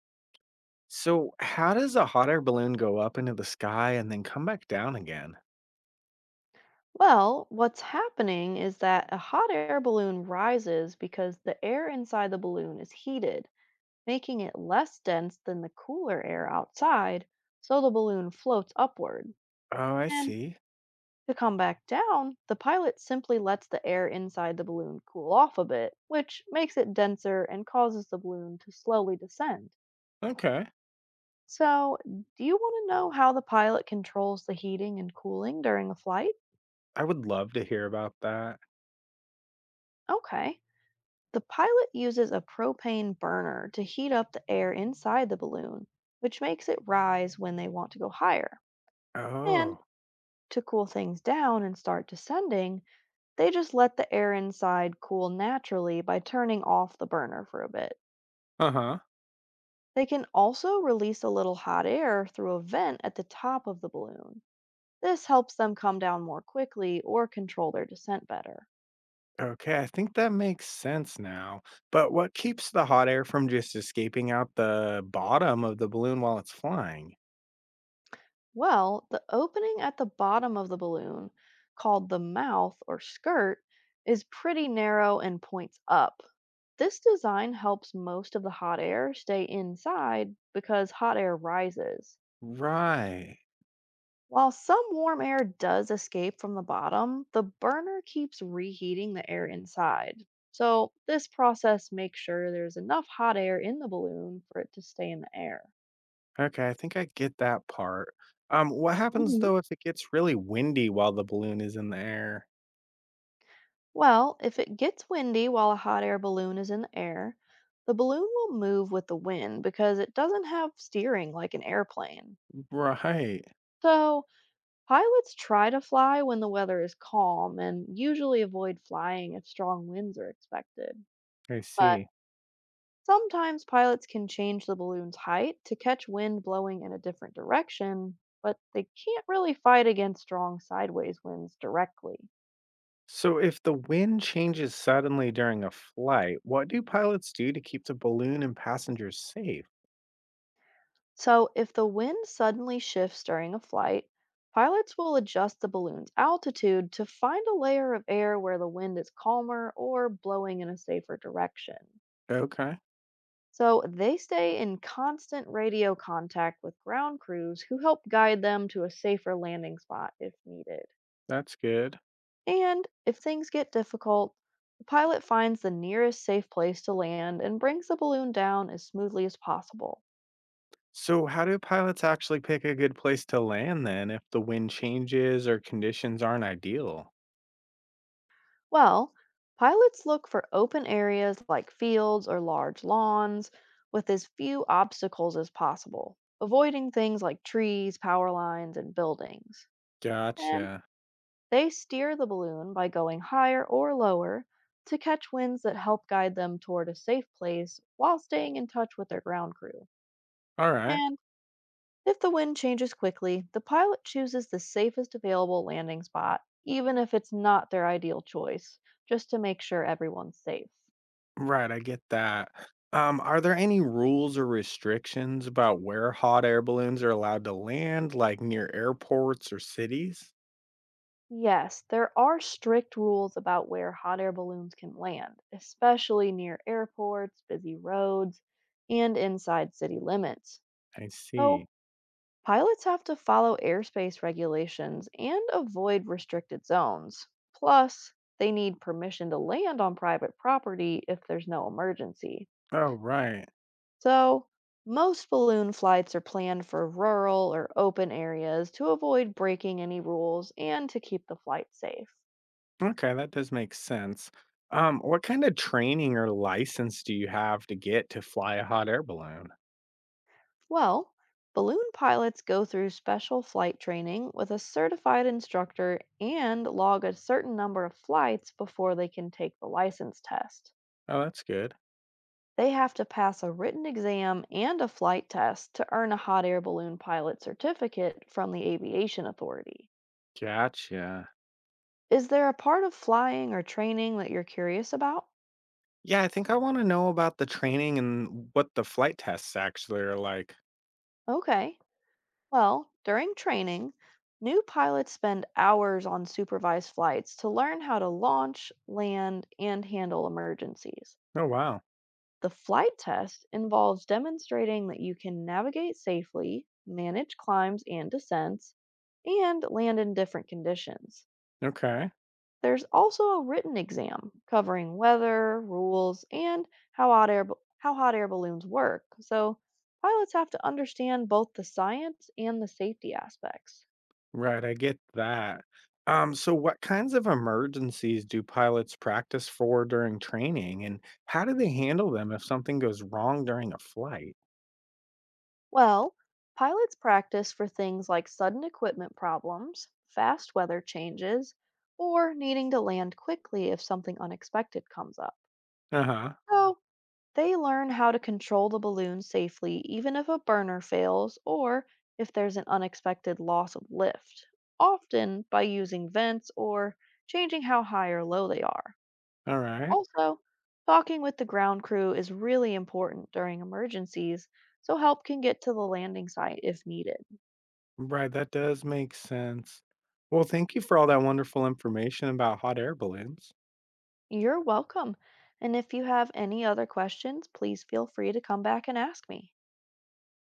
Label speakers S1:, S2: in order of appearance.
S1: So, how does a hot air balloon go up into the sky and then come back down again?
S2: Well, what's happening is that a hot air balloon rises because the air inside the balloon is heated, making it less dense than the cooler air outside, so the balloon floats upward.
S1: Oh, I
S2: And
S1: see.
S2: to come back down, the pilot simply lets the air inside the balloon cool off a bit, which makes it denser and causes the balloon to slowly descend.
S1: Okay.
S2: So, do you want to know how the pilot controls the heating and cooling during a flight?
S1: I would love to hear about that.
S2: Okay. The pilot uses a propane burner to heat up the air inside the balloon, which makes it rise when they want to go higher. And
S1: Oh,
S2: to cool things down and start descending, they just let the air inside cool naturally by turning off the burner for a bit.
S1: uh huh.
S2: They can also release a little hot air through a vent at the top of the balloon. This helps them come down more quickly or control their descent better.
S1: Okay, I think that makes sense now. But what keeps the hot air from just escaping out the bottom of the balloon while it's flying?
S2: Well, the opening at the bottom of the balloon, called the mouth or skirt, is pretty narrow and points up. This design helps most of the hot air stay inside because hot air rises.
S1: Right.
S2: While some warm air does escape from the bottom, the burner keeps reheating the air inside. So, this process makes sure there's enough hot air in the balloon for it to stay in the air.
S1: Okay, I think I get that part. What happens though if it gets really windy while the balloon is in the air?
S2: Well, if it gets windy while a hot air balloon is in the air, the balloon will move with the wind because it doesn't have steering like an airplane.
S1: Right.
S2: So, pilots try to fly when the weather is calm and usually avoid flying if strong winds are expected.
S1: I
S2: But
S1: see.
S2: sometimes pilots can change the balloon's height to catch wind blowing in a different direction, but they can't really fight against strong sideways winds directly.
S1: So, if the wind changes suddenly during a flight, what do pilots do to keep the balloon and passengers safe?
S2: So, if the wind suddenly shifts during a flight, pilots will adjust the balloon's altitude to find a layer of air where the wind is calmer or blowing in a safer direction.
S1: Okay,
S2: So, they stay in constant radio contact with ground crews who help guide them to a safer landing spot if needed.
S1: that's good.
S2: And if things get difficult, the pilot finds the nearest safe place to land and brings the balloon down as smoothly as possible.
S1: So, how do pilots actually pick a good place to land then if the wind changes or conditions aren't ideal?
S2: Well, pilots look for open areas like fields or large lawns with as few obstacles as possible, avoiding things like trees, power lines, and buildings. And
S1: Gotcha.
S2: they steer the balloon by going higher or lower to catch winds that help guide them toward a safe place while staying in touch with their ground crew.
S1: All right.
S2: And if the wind changes quickly, the pilot chooses the safest available landing spot, even if it's not their ideal choice, just to make sure everyone's safe.
S1: Right, I get that. Are there any rules or restrictions about where hot air balloons are allowed to land, like near airports or cities?
S2: Yes, there are strict rules about where hot air balloons can land, especially near airports, busy roads, and inside city limits.
S1: I see.
S2: So, pilots have to follow airspace regulations and avoid restricted zones. Plus, they need permission to land on private property if there's no emergency.
S1: Oh, right.
S2: So, most balloon flights are planned for rural or open areas to avoid breaking any rules and to keep the flight safe.
S1: Okay, that does make sense. What kind of training or license do you have to get to fly a hot air balloon?
S2: Well, balloon pilots go through special flight training with a certified instructor and log a certain number of flights before they can take the license test.
S1: Oh, that's good.
S2: They have to pass a written exam and a flight test to earn a hot air balloon pilot certificate from the Aviation Authority.
S1: Gotcha.
S2: Is there a part of flying or training that you're curious about?
S1: Yeah, I think I want to know about the training and what the flight tests actually are like.
S2: Okay. Well, during training, new pilots spend hours on supervised flights to learn how to launch, land, and handle emergencies.
S1: Oh, wow.
S2: The flight test involves demonstrating that you can navigate safely, manage climbs and descents, and land in different conditions.
S1: Okay.
S2: There's also a written exam covering weather, rules, and how how hot air balloons work. So, pilots have to understand both the science and the safety aspects.
S1: Right, I get that. So what kinds of emergencies do pilots practice for during training and how do they handle them if something goes wrong during a flight?
S2: Well, pilots practice for things like sudden equipment problems, fast weather changes, or needing to land quickly if something unexpected comes up.
S1: Uh-huh.
S2: So they learn how to control the balloon safely even if a burner fails or if there's an unexpected loss of lift, often by using vents or changing how high or low they are.
S1: All right.
S2: Also, talking with the ground crew is really important during emergencies so help can get to the landing site if needed.
S1: Right, that does make sense. Well, thank you for all that wonderful information about hot air balloons.
S2: You're welcome. And if you have any other questions, please feel free to come back and ask me.